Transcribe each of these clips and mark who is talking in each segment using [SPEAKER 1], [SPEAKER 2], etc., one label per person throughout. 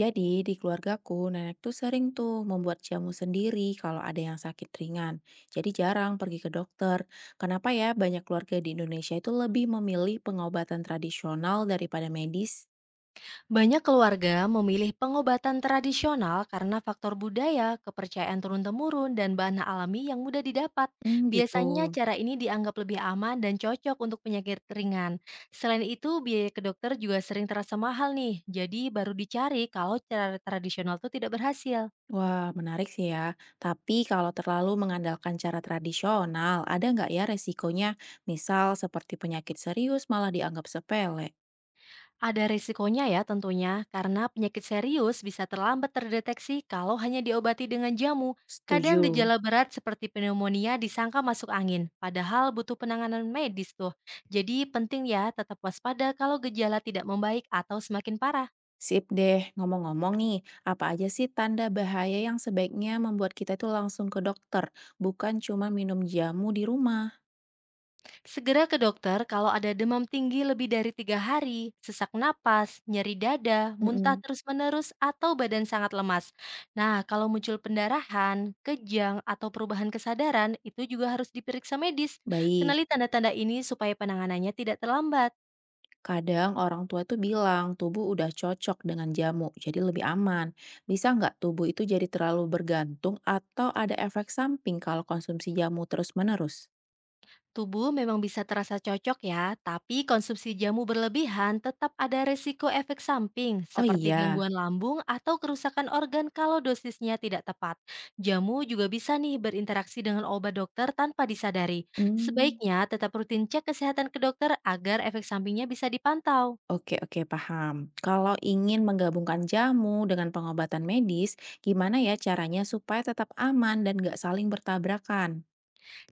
[SPEAKER 1] Jadi di keluargaku, nenek tuh sering tuh membuat jamu sendiri kalau ada yang sakit ringan. Jadi jarang pergi ke dokter. Kenapa ya banyak keluarga di Indonesia itu lebih memilih pengobatan tradisional daripada medis?
[SPEAKER 2] Banyak keluarga memilih pengobatan tradisional karena faktor budaya, kepercayaan turun-temurun, dan bahan alami yang mudah didapat.
[SPEAKER 1] Hmm, gitu.
[SPEAKER 2] Biasanya cara ini dianggap lebih aman dan cocok untuk penyakit ringan. Selain itu, biaya ke dokter juga sering terasa mahal nih, jadi baru dicari kalau cara tradisional itu tidak berhasil.
[SPEAKER 1] Wah, menarik sih ya. Tapi kalau terlalu mengandalkan cara tradisional, ada nggak ya resikonya? Misal seperti penyakit serius malah dianggap sepele.
[SPEAKER 2] Ada risikonya ya tentunya, karena penyakit serius bisa terlambat terdeteksi kalau hanya diobati dengan jamu. Kadang
[SPEAKER 1] Setuju.
[SPEAKER 2] gejala berat seperti pneumonia disangka masuk angin, padahal butuh penanganan medis tuh. Jadi penting ya tetap waspada kalau gejala tidak membaik atau semakin parah.
[SPEAKER 1] Sip deh, ngomong-ngomong nih, apa aja sih tanda bahaya yang sebaiknya membuat kita itu langsung ke dokter, bukan cuma minum jamu di rumah?
[SPEAKER 2] Segera ke dokter kalau ada demam tinggi lebih dari 3 hari, sesak napas, nyeri dada, muntah
[SPEAKER 1] Mm-mm.
[SPEAKER 2] terus-menerus, atau badan sangat lemas. Nah, kalau muncul pendarahan, kejang, atau perubahan kesadaran, itu juga harus diperiksa medis.
[SPEAKER 1] Baik,
[SPEAKER 2] Kenali tanda-tanda ini supaya penanganannya tidak terlambat.
[SPEAKER 1] kadang orang tua itu bilang tubuh udah cocok dengan jamu, jadi lebih aman. Bisa nggak tubuh itu jadi terlalu bergantung atau ada efek samping kalau konsumsi jamu terus-menerus?
[SPEAKER 2] Tubuh memang bisa terasa cocok ya, tapi konsumsi jamu berlebihan tetap ada resiko efek samping
[SPEAKER 1] Oh
[SPEAKER 2] seperti
[SPEAKER 1] iya.
[SPEAKER 2] gangguan lambung atau kerusakan organ kalau dosisnya tidak tepat. Jamu juga bisa nih berinteraksi dengan obat dokter tanpa disadari.
[SPEAKER 1] Hmm.
[SPEAKER 2] Sebaiknya tetap rutin cek kesehatan ke dokter agar efek sampingnya bisa dipantau.
[SPEAKER 1] Oke oke, paham. Kalau ingin menggabungkan jamu dengan pengobatan medis, gimana ya caranya supaya tetap aman dan nggak saling bertabrakan?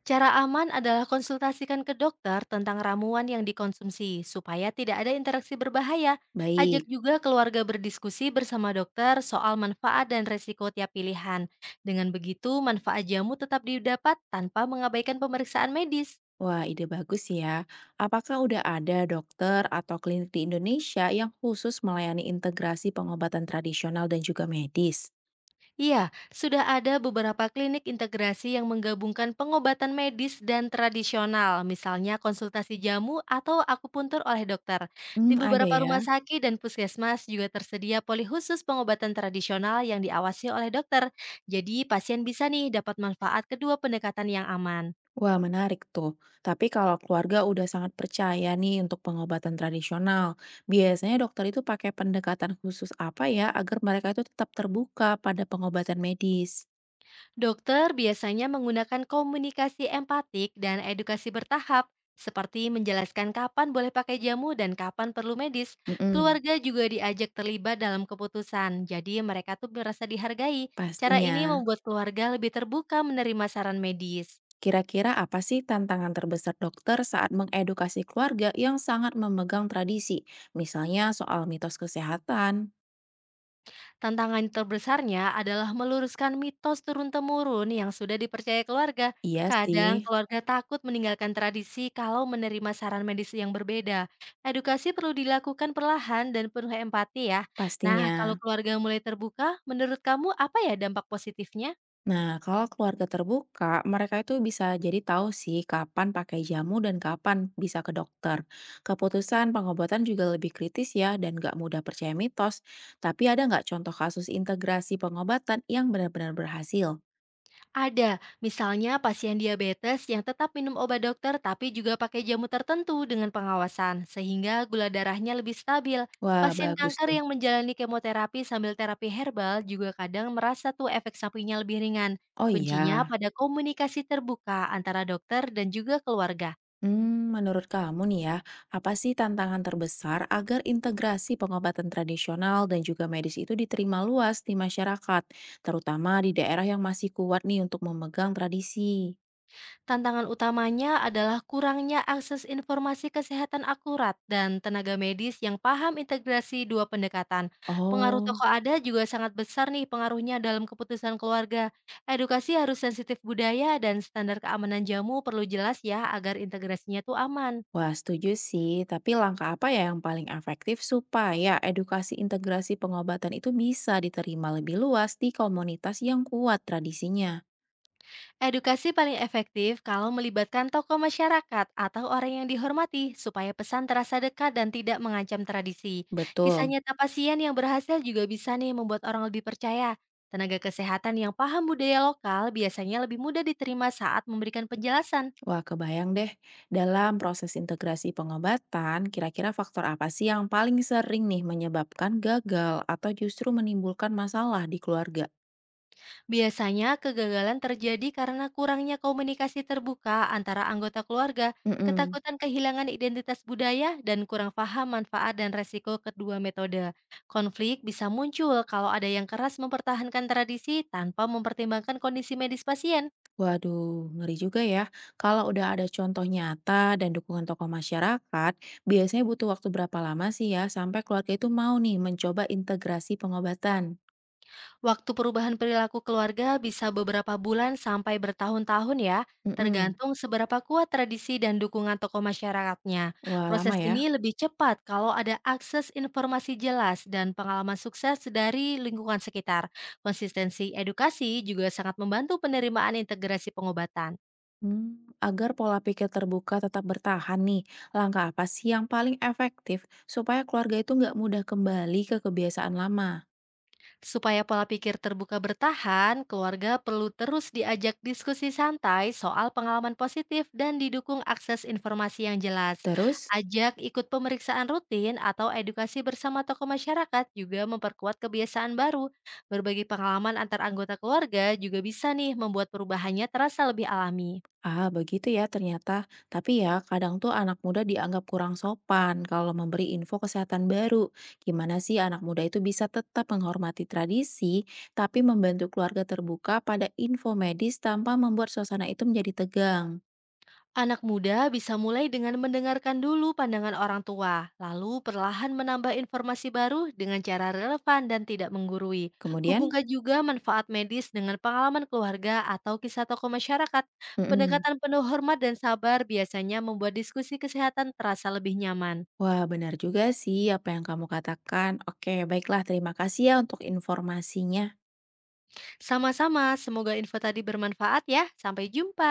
[SPEAKER 2] Cara aman adalah konsultasikan ke dokter tentang ramuan yang dikonsumsi, supaya tidak ada interaksi berbahaya. Ajak
[SPEAKER 1] Baik.
[SPEAKER 2] juga keluarga berdiskusi bersama dokter soal manfaat dan resiko tiap pilihan. Dengan begitu, manfaat jamu tetap didapat tanpa mengabaikan pemeriksaan medis.
[SPEAKER 1] Wah, ide bagus ya. Apakah udah ada dokter atau klinik di Indonesia yang khusus melayani integrasi pengobatan tradisional dan juga medis?
[SPEAKER 2] Iya, sudah ada beberapa klinik integrasi yang menggabungkan pengobatan medis dan tradisional, misalnya konsultasi jamu atau akupuntur oleh dokter.
[SPEAKER 1] Hmm,
[SPEAKER 2] Di
[SPEAKER 1] ada
[SPEAKER 2] beberapa
[SPEAKER 1] ya.
[SPEAKER 2] rumah sakit dan puskesmas juga tersedia poli khusus pengobatan tradisional yang diawasi oleh dokter. Jadi pasien bisa nih dapat manfaat kedua pendekatan yang aman.
[SPEAKER 1] Wah, menarik tuh. Tapi kalau keluarga udah sangat percaya nih untuk pengobatan tradisional, biasanya dokter itu pakai pendekatan khusus apa ya agar mereka itu tetap terbuka pada pengobatan medis?
[SPEAKER 2] Dokter biasanya menggunakan komunikasi empatik dan edukasi bertahap, seperti menjelaskan kapan boleh pakai jamu dan kapan perlu medis.
[SPEAKER 1] Mm-mm.
[SPEAKER 2] Keluarga juga diajak terlibat dalam keputusan, jadi mereka tuh merasa dihargai. Cara ini
[SPEAKER 1] Pastinya.
[SPEAKER 2] membuat keluarga lebih terbuka menerima saran medis.
[SPEAKER 1] Kira-kira apa sih tantangan terbesar dokter saat mengedukasi keluarga yang sangat memegang tradisi? Misalnya soal mitos kesehatan.
[SPEAKER 2] Tantangan terbesarnya adalah meluruskan mitos turun-temurun yang sudah dipercaya keluarga.
[SPEAKER 1] Iya
[SPEAKER 2] Kadang
[SPEAKER 1] sih,
[SPEAKER 2] keluarga takut meninggalkan tradisi kalau menerima saran medis yang berbeda. Edukasi perlu dilakukan perlahan dan penuh empati ya. Nah, kalau
[SPEAKER 1] pastinya.
[SPEAKER 2] keluarga mulai terbuka, menurut kamu apa ya dampak positifnya?
[SPEAKER 1] Nah, kalau keluarga terbuka, mereka itu bisa jadi tahu sih kapan pakai jamu dan kapan bisa ke dokter. Keputusan pengobatan juga lebih kritis ya dan nggak mudah percaya mitos. Tapi ada nggak contoh kasus integrasi pengobatan yang benar-benar berhasil?
[SPEAKER 2] Ada, misalnya pasien diabetes yang tetap minum obat dokter tapi juga pakai jamu tertentu dengan pengawasan, sehingga gula darahnya lebih stabil.
[SPEAKER 1] Wah,
[SPEAKER 2] Pasien
[SPEAKER 1] bagus
[SPEAKER 2] kanker
[SPEAKER 1] tuh.
[SPEAKER 2] yang menjalani kemoterapi sambil terapi herbal juga kadang merasa tuh efek sampingnya lebih ringan.
[SPEAKER 1] Oh
[SPEAKER 2] Kuncinya
[SPEAKER 1] iya.
[SPEAKER 2] pada komunikasi terbuka antara dokter dan juga keluarga.
[SPEAKER 1] Hmm, menurut kamu nih ya, apa sih tantangan terbesar agar integrasi pengobatan tradisional dan juga medis itu diterima luas di masyarakat, terutama di daerah yang masih kuat nih untuk memegang tradisi?
[SPEAKER 2] Tantangan utamanya adalah kurangnya akses informasi kesehatan akurat dan tenaga medis yang paham integrasi dua pendekatan. Pengaruh
[SPEAKER 1] Oh,
[SPEAKER 2] tokoh ada juga sangat besar nih pengaruhnya dalam keputusan keluarga. Edukasi harus sensitif budaya dan standar keamanan jamu perlu jelas ya agar integrasinya tuh aman.
[SPEAKER 1] wah, setuju sih. Tapi langkah apa ya yang paling efektif supaya edukasi integrasi pengobatan itu bisa diterima lebih luas di komunitas yang kuat tradisinya?
[SPEAKER 2] Edukasi paling efektif kalau melibatkan tokoh masyarakat atau orang yang dihormati supaya pesan terasa dekat dan tidak mengancam tradisi. Kisah
[SPEAKER 1] Betul.
[SPEAKER 2] nyata pasien yang berhasil juga bisa nih membuat orang lebih percaya. Tenaga kesehatan yang paham budaya lokal biasanya lebih mudah diterima saat memberikan penjelasan.
[SPEAKER 1] Wah, kebayang deh. Dalam proses integrasi pengobatan, kira-kira faktor apa sih yang paling sering nih menyebabkan gagal atau justru menimbulkan masalah di keluarga?
[SPEAKER 2] Biasanya kegagalan terjadi karena kurangnya komunikasi terbuka antara anggota keluarga,
[SPEAKER 1] Mm-mm.
[SPEAKER 2] ketakutan kehilangan identitas budaya, dan kurang paham manfaat dan resiko kedua metode. Konflik bisa muncul kalau ada yang keras mempertahankan tradisi tanpa mempertimbangkan kondisi medis pasien.
[SPEAKER 1] Waduh, ngeri juga ya. Kalau udah ada contoh nyata dan dukungan tokoh masyarakat, biasanya butuh waktu berapa lama sih ya sampai keluarga itu mau nih mencoba integrasi pengobatan?
[SPEAKER 2] Waktu perubahan perilaku keluarga bisa beberapa bulan sampai bertahun-tahun ya,
[SPEAKER 1] Mm-mm.
[SPEAKER 2] tergantung seberapa kuat tradisi dan dukungan tokoh masyarakatnya.
[SPEAKER 1] Wah,
[SPEAKER 2] Proses
[SPEAKER 1] lama ya.
[SPEAKER 2] ini lebih cepat kalau ada akses informasi jelas dan pengalaman sukses dari lingkungan sekitar. Konsistensi edukasi juga sangat membantu penerimaan integrasi pengobatan.
[SPEAKER 1] Hmm, agar pola pikir terbuka tetap bertahan nih, langkah apa sih yang paling efektif supaya keluarga itu nggak mudah kembali ke kebiasaan lama?
[SPEAKER 2] Supaya pola pikir terbuka bertahan, keluarga perlu terus diajak diskusi santai soal pengalaman positif dan didukung akses informasi yang jelas.
[SPEAKER 1] Terus?
[SPEAKER 2] Ajak ikut pemeriksaan rutin atau edukasi bersama tokoh masyarakat juga memperkuat kebiasaan baru. Berbagi pengalaman antar anggota keluarga juga bisa nih membuat perubahannya terasa lebih alami.
[SPEAKER 1] Ah, begitu ya ternyata. Tapi ya, kadang tuh anak muda dianggap kurang sopan kalau memberi info kesehatan baru. Gimana sih anak muda itu bisa tetap menghormati tradisi, tapi membantu keluarga terbuka pada info medis tanpa membuat suasana itu menjadi tegang.
[SPEAKER 2] Anak muda bisa mulai dengan mendengarkan dulu pandangan orang tua, lalu perlahan menambah informasi baru dengan cara relevan dan tidak menggurui.
[SPEAKER 1] Kemudian,
[SPEAKER 2] Hubungkan juga manfaat medis dengan pengalaman keluarga atau kisah tokoh masyarakat.
[SPEAKER 1] mm.
[SPEAKER 2] Pendekatan penuh hormat dan sabar biasanya membuat diskusi kesehatan terasa lebih nyaman.
[SPEAKER 1] Wah, benar juga sih apa yang kamu katakan. Oke, baiklah, terima kasih ya untuk informasinya.
[SPEAKER 2] Sama-sama, semoga info tadi bermanfaat ya. Sampai jumpa.